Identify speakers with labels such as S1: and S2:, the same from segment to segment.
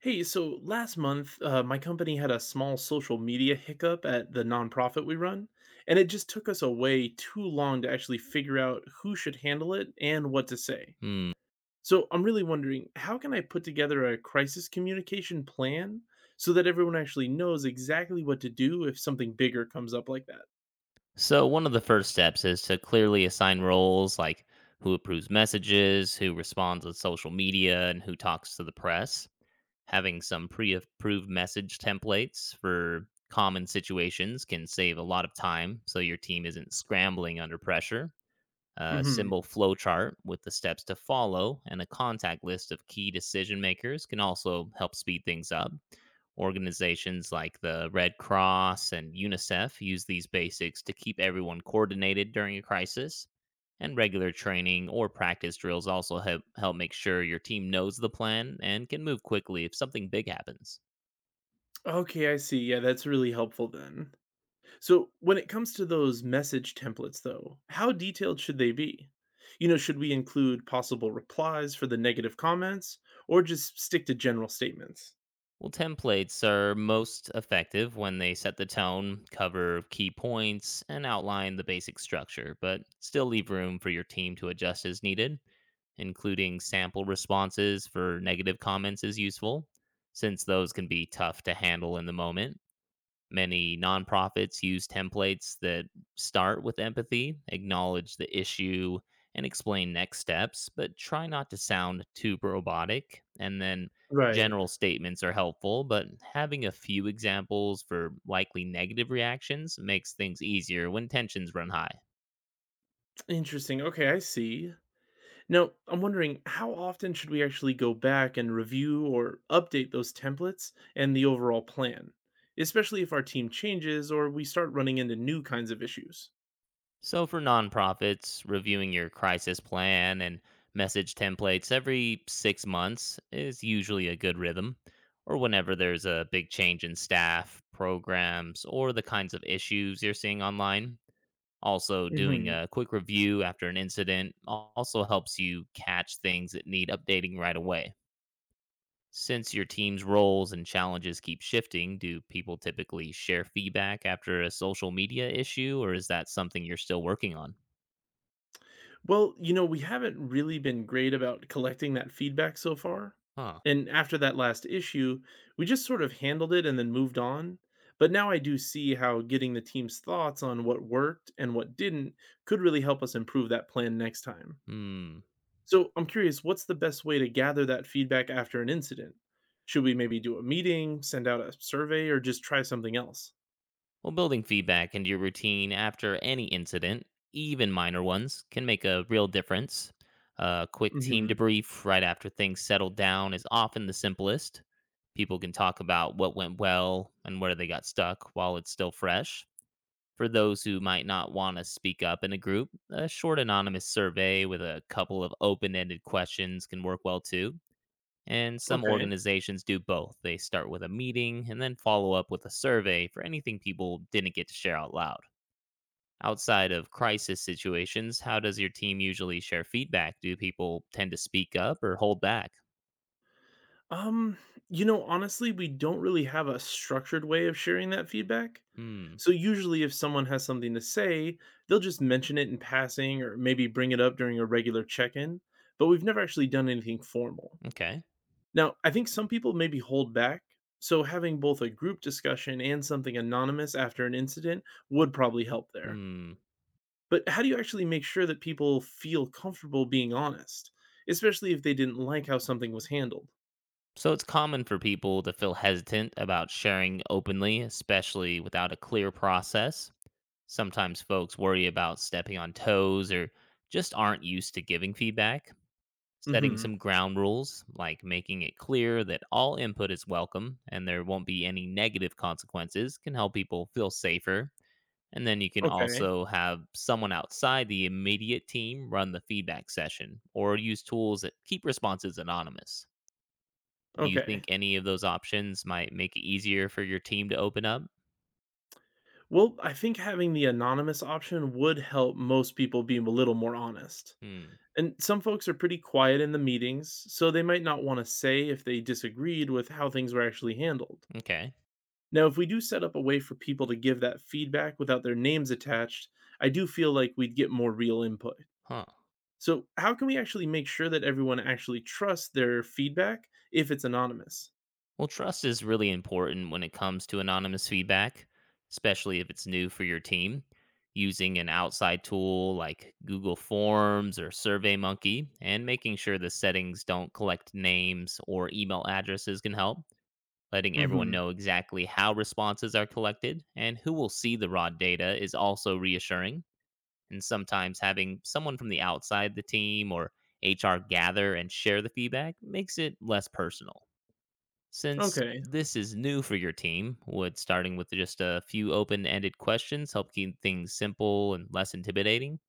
S1: Hey, so last month, my company had a small social media hiccup at the nonprofit we run, and it just took us a way too long to actually figure out who should handle it and what to say.
S2: Hmm.
S1: So I'm really wondering, how can I put together a crisis communication plan so that everyone actually knows exactly what to do if something bigger comes up like that?
S2: So, one of the first steps is to clearly assign roles like who approves messages, who responds on social media, and who talks to the press. Having some pre approved message templates for common situations can save a lot of time so your team isn't scrambling under pressure. A
S1: hmm
S2: symbol flowchart with the steps to follow and a contact list of key decision makers can also help speed things up. Organizations like the Red Cross and UNICEF use these basics to keep everyone coordinated during a crisis, and regular training or practice drills also help make sure your team knows the plan and can move quickly if something big happens.
S1: Okay, I see. Yeah, that's really helpful then. So, when it comes to those message templates, though, how detailed should they be? You know, should we include possible replies for the negative comments or just stick to general statements?
S2: Well, templates are most effective when they set the tone, cover key points, and outline the basic structure, but still leave room for your team to adjust as needed. Including sample responses for negative comments is useful, since those can be tough to handle in the moment. Many nonprofits use templates that start with empathy, acknowledge the issue, and explain next steps, but try not to sound too robotic. And then
S1: Right.
S2: general statements are helpful, but having a few examples for likely negative reactions makes things easier when tensions run high.
S1: Interesting. Okay, I see. Now, I'm wondering, how often should we actually go back and review or update those templates and the overall plan, especially if our team changes or we start running into new kinds of issues?
S2: So, for nonprofits, reviewing your crisis plan and message templates every 6 months is usually a good rhythm, or whenever there's a big change in staff, programs, or the kinds of issues you're seeing online. Also, doing a quick review after an incident also helps you catch things that need updating right away. Since your team's roles and challenges keep shifting, do people typically share feedback after a social media issue, or is that something you're still working on?
S1: Well, we haven't really been great about collecting that feedback so far.
S2: Huh.
S1: And after that last issue, we just sort of handled it and then moved on. But now I do see how getting the team's thoughts on what worked and what didn't could really help us improve that plan next time.
S2: Hmm.
S1: So I'm curious, what's the best way to gather that feedback after an incident? Should we maybe do a meeting, send out a survey, or just try something else?
S2: Well, building feedback into your routine after any incident, even minor ones, can make a real difference. A quick team
S1: hmm
S2: debrief right after things settle down is often the simplest. People can talk about what went well and where they got stuck while it's still fresh. For those who might not want to speak up in a group, a short anonymous survey with a couple of open ended questions can work well too. And some
S1: Okay.
S2: organizations do both. They start with a meeting and then follow up with a survey for anything people didn't get to share out loud. Outside of crisis situations, how does your team usually share feedback? Do people tend to speak up or hold back?
S1: Um, you know, honestly, we don't really have a structured way of sharing that feedback.
S2: Hmm,
S1: So usually if someone has something to say, they'll just mention it in passing or maybe bring it up during a regular check-in, but we've never actually done anything formal.
S2: okay.
S1: Now, I think some people maybe hold back, so having both a group discussion and something anonymous after an incident would probably help there.
S2: Hmm.
S1: But how do you actually make sure that people feel comfortable being honest, especially if they didn't like how something was handled?
S2: So it's common for people to feel hesitant about sharing openly, especially without a clear process. Sometimes folks worry about stepping on toes or just aren't used to giving feedback. Setting
S1: Mhm.
S2: some ground rules, like making it clear that all input is welcome and there won't be any negative consequences, can help people feel safer. And then you can
S1: Okay.
S2: also have someone outside the immediate team run the feedback session or use tools that keep responses anonymous. Do you
S1: Okay.
S2: think any of those options might make it easier for your team to open up?
S1: Well, I think having the anonymous option would help most people be a little more honest.
S2: Hmm.
S1: And some folks are pretty quiet in the meetings, so they might not want to say if they disagreed with how things were actually handled.
S2: Okay.
S1: Now, if we do set up a way for people to give that feedback without their names attached, I do feel like we'd get more real input.
S2: Huh.
S1: So, how can we actually make sure that everyone actually trusts their feedback if it's anonymous?
S2: Well, trust is really important when it comes to anonymous feedback, especially if it's new for your team. Using an outside tool like Google Forms or SurveyMonkey and making sure the settings don't collect names or email addresses can help. Letting everyone
S1: Mhm.
S2: know exactly how responses are collected and who will see the raw data is also reassuring. And sometimes having someone from the outside the team or HR gather and share the feedback makes it less personal. Since
S1: Okay.
S2: this is new for your team, would starting with just a few open ended questions help keep things simple and less intimidating?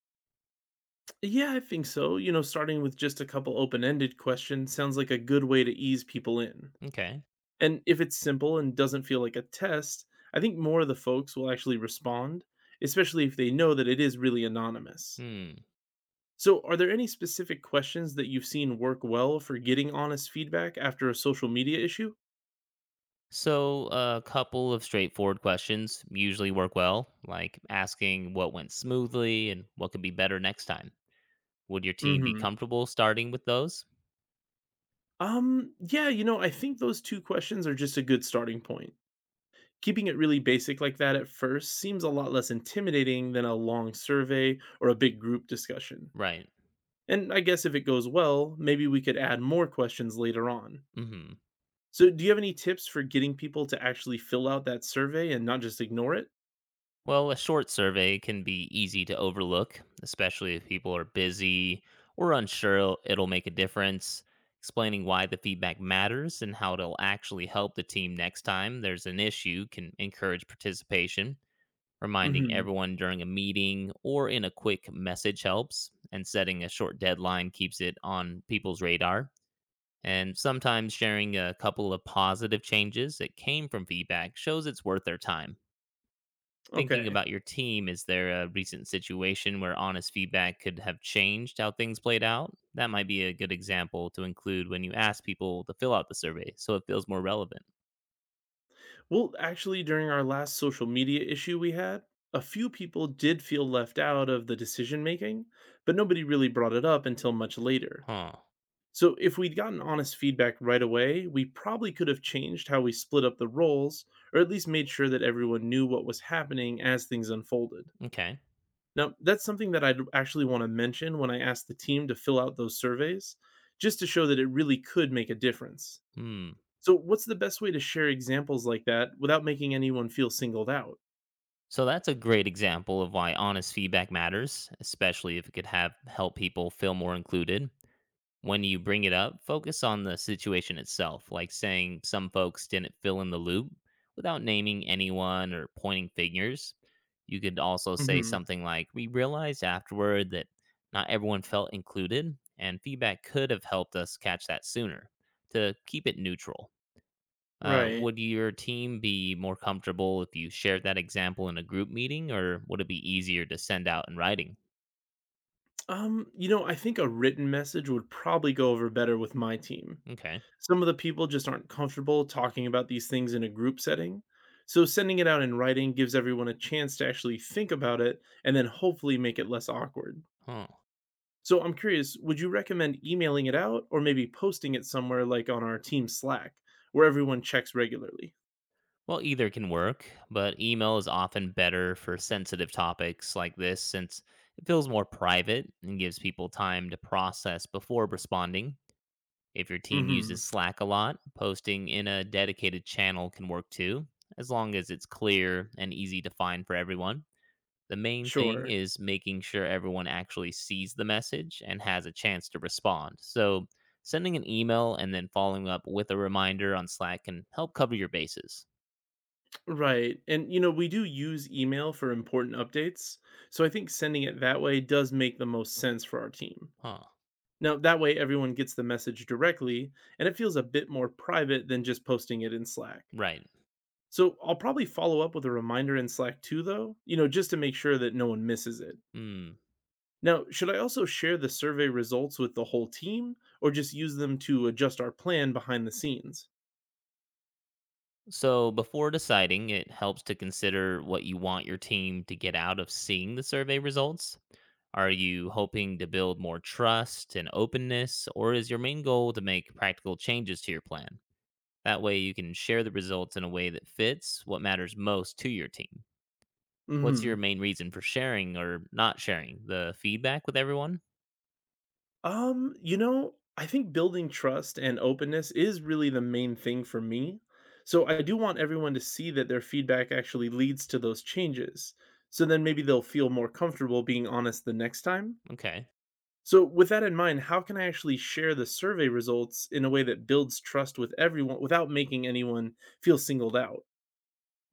S1: Yeah, I think so. You know, starting with just a couple open ended questions sounds like a good way to ease people in.
S2: Okay.
S1: And if it's simple and doesn't feel like a test, I think more of the folks will actually respond, especially if they know that it is really anonymous.
S2: Hmm.
S1: So, are there any specific questions that you've seen work well for getting honest feedback after a social media issue?
S2: So, a couple of straightforward questions usually work well, like asking what went smoothly and what could be better next time. Would your team be
S1: hmm
S2: comfortable starting with those?
S1: Yeah, you know, I think those two questions are just a good starting point. Keeping it really basic like that at first seems a lot less intimidating than a long survey or a big group discussion.
S2: Right.
S1: And I guess if it goes well, maybe we could add more questions later on.
S2: Mm hmm.
S1: So, do you have any tips for getting people to actually fill out that survey and not just ignore it?
S2: Well, a short survey can be easy to overlook, especially if people are busy or unsure it'll make a difference. Explaining why the feedback matters and how it'll actually help the team next time there's an issue can encourage participation. Reminding
S1: hmm
S2: everyone during a meeting or in a quick message helps, and setting a short deadline keeps it on people's radar. And sometimes sharing a couple of positive changes that came from feedback shows it's worth their time thinking
S1: Okay.
S2: about your team, is there a recent situation where honest feedback could have changed how things played out? That might be a good example to include when you ask people to fill out the survey so it feels more relevant.
S1: Well, actually, during our last social media issue we had, a few people did feel left out of the decision making, but nobody really brought it up until much later.
S2: Huh.
S1: So, if we'd gotten honest feedback right away, we probably could have changed how we split up the roles, or at least made sure that everyone knew what was happening as things unfolded.
S2: Okay.
S1: Now, that's something that I'd actually want to mention when I asked the team to fill out those surveys, just to show that it really could make a difference.
S2: Hmm.
S1: So, what's the best way to share examples like that without making anyone feel singled out?
S2: So that's a great example of why honest feedback matters, especially if it could have help people feel more included. When you bring it up, focus on the situation itself, like saying some folks didn't fill in the loop without naming anyone or pointing fingers. You could also say
S1: hmm
S2: something like, we realized afterward that not everyone felt included, and feedback could have helped us catch that sooner to keep it neutral. Uh,
S1: Right.
S2: would your team be more comfortable if you shared that example in a group meeting, or would it be easier to send out in writing?
S1: You know, I think a written message would probably go over better with my team.
S2: Okay.
S1: Some of the people just aren't comfortable talking about these things in a group setting, so sending it out in writing gives everyone a chance to actually think about it and then hopefully make it less awkward.
S2: Huh.
S1: So I'm curious, would you recommend emailing it out or maybe posting it somewhere like on our team Slack where everyone checks regularly?
S2: Well, either can work, but email is often better for sensitive topics like this since it feels more private and gives people time to process before responding. If your team uses
S1: hmm
S2: Slack a lot, posting in a dedicated channel can work too, as long as it's clear and easy to find for everyone. The main thing
S1: Sure.
S2: is making sure everyone actually sees the message and has a chance to respond. So, sending an email and then following up with a reminder on Slack can help cover your bases.
S1: Right. And, you know, we do use email for important updates. So I think sending it that way does make the most sense for our team.
S2: Huh.
S1: Now, that way everyone gets the message directly, and it feels a bit more private than just posting it in Slack.
S2: Right.
S1: So I'll probably follow up with a reminder in Slack too, though, you know, just to make sure that no one misses it.
S2: Mm.
S1: Now, should I also share the survey results with the whole team or just use them to adjust our plan behind the scenes?
S2: So, before deciding, it helps to consider what you want your team to get out of seeing the survey results. Are you hoping to build more trust and openness, or is your main goal to make practical changes to your plan? That way, you can share the results in a way that fits what matters most to your team. What's your
S1: Hmm.
S2: main reason for sharing or not sharing the feedback with everyone?
S1: You know, I think building trust and openness is really the main thing for me. So I do want everyone to see that their feedback actually leads to those changes. So then maybe they'll feel more comfortable being honest the next time.
S2: Okay.
S1: So with that in mind, how can I actually share the survey results in a way that builds trust with everyone without making anyone feel singled out?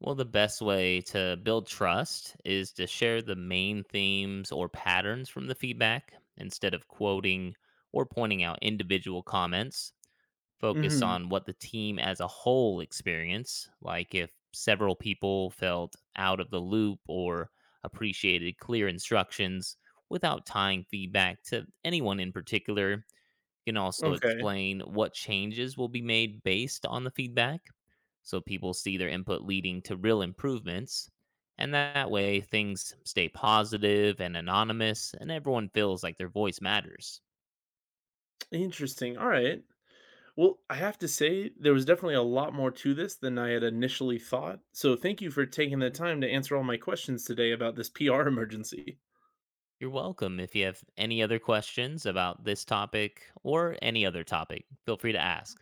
S2: Well, the best way to build trust is to share the main themes or patterns from the feedback instead of quoting or pointing out individual comments. Focus
S1: Mhm.
S2: on what the team as a whole experienced, like if several people felt out of the loop or appreciated clear instructions without tying feedback to anyone in particular can also
S1: Okay.
S2: explain what changes will be made based on the feedback so people see their input leading to real improvements. And that way, things stay positive and anonymous, and everyone feels like their voice matters.
S1: Interesting. All right. Well, I have to say, there was definitely a lot more to this than I had initially thought. So, thank you for taking the time to answer all my questions today about this PR emergency.
S2: You're welcome. If you have any other questions about this topic or any other topic, feel free to ask.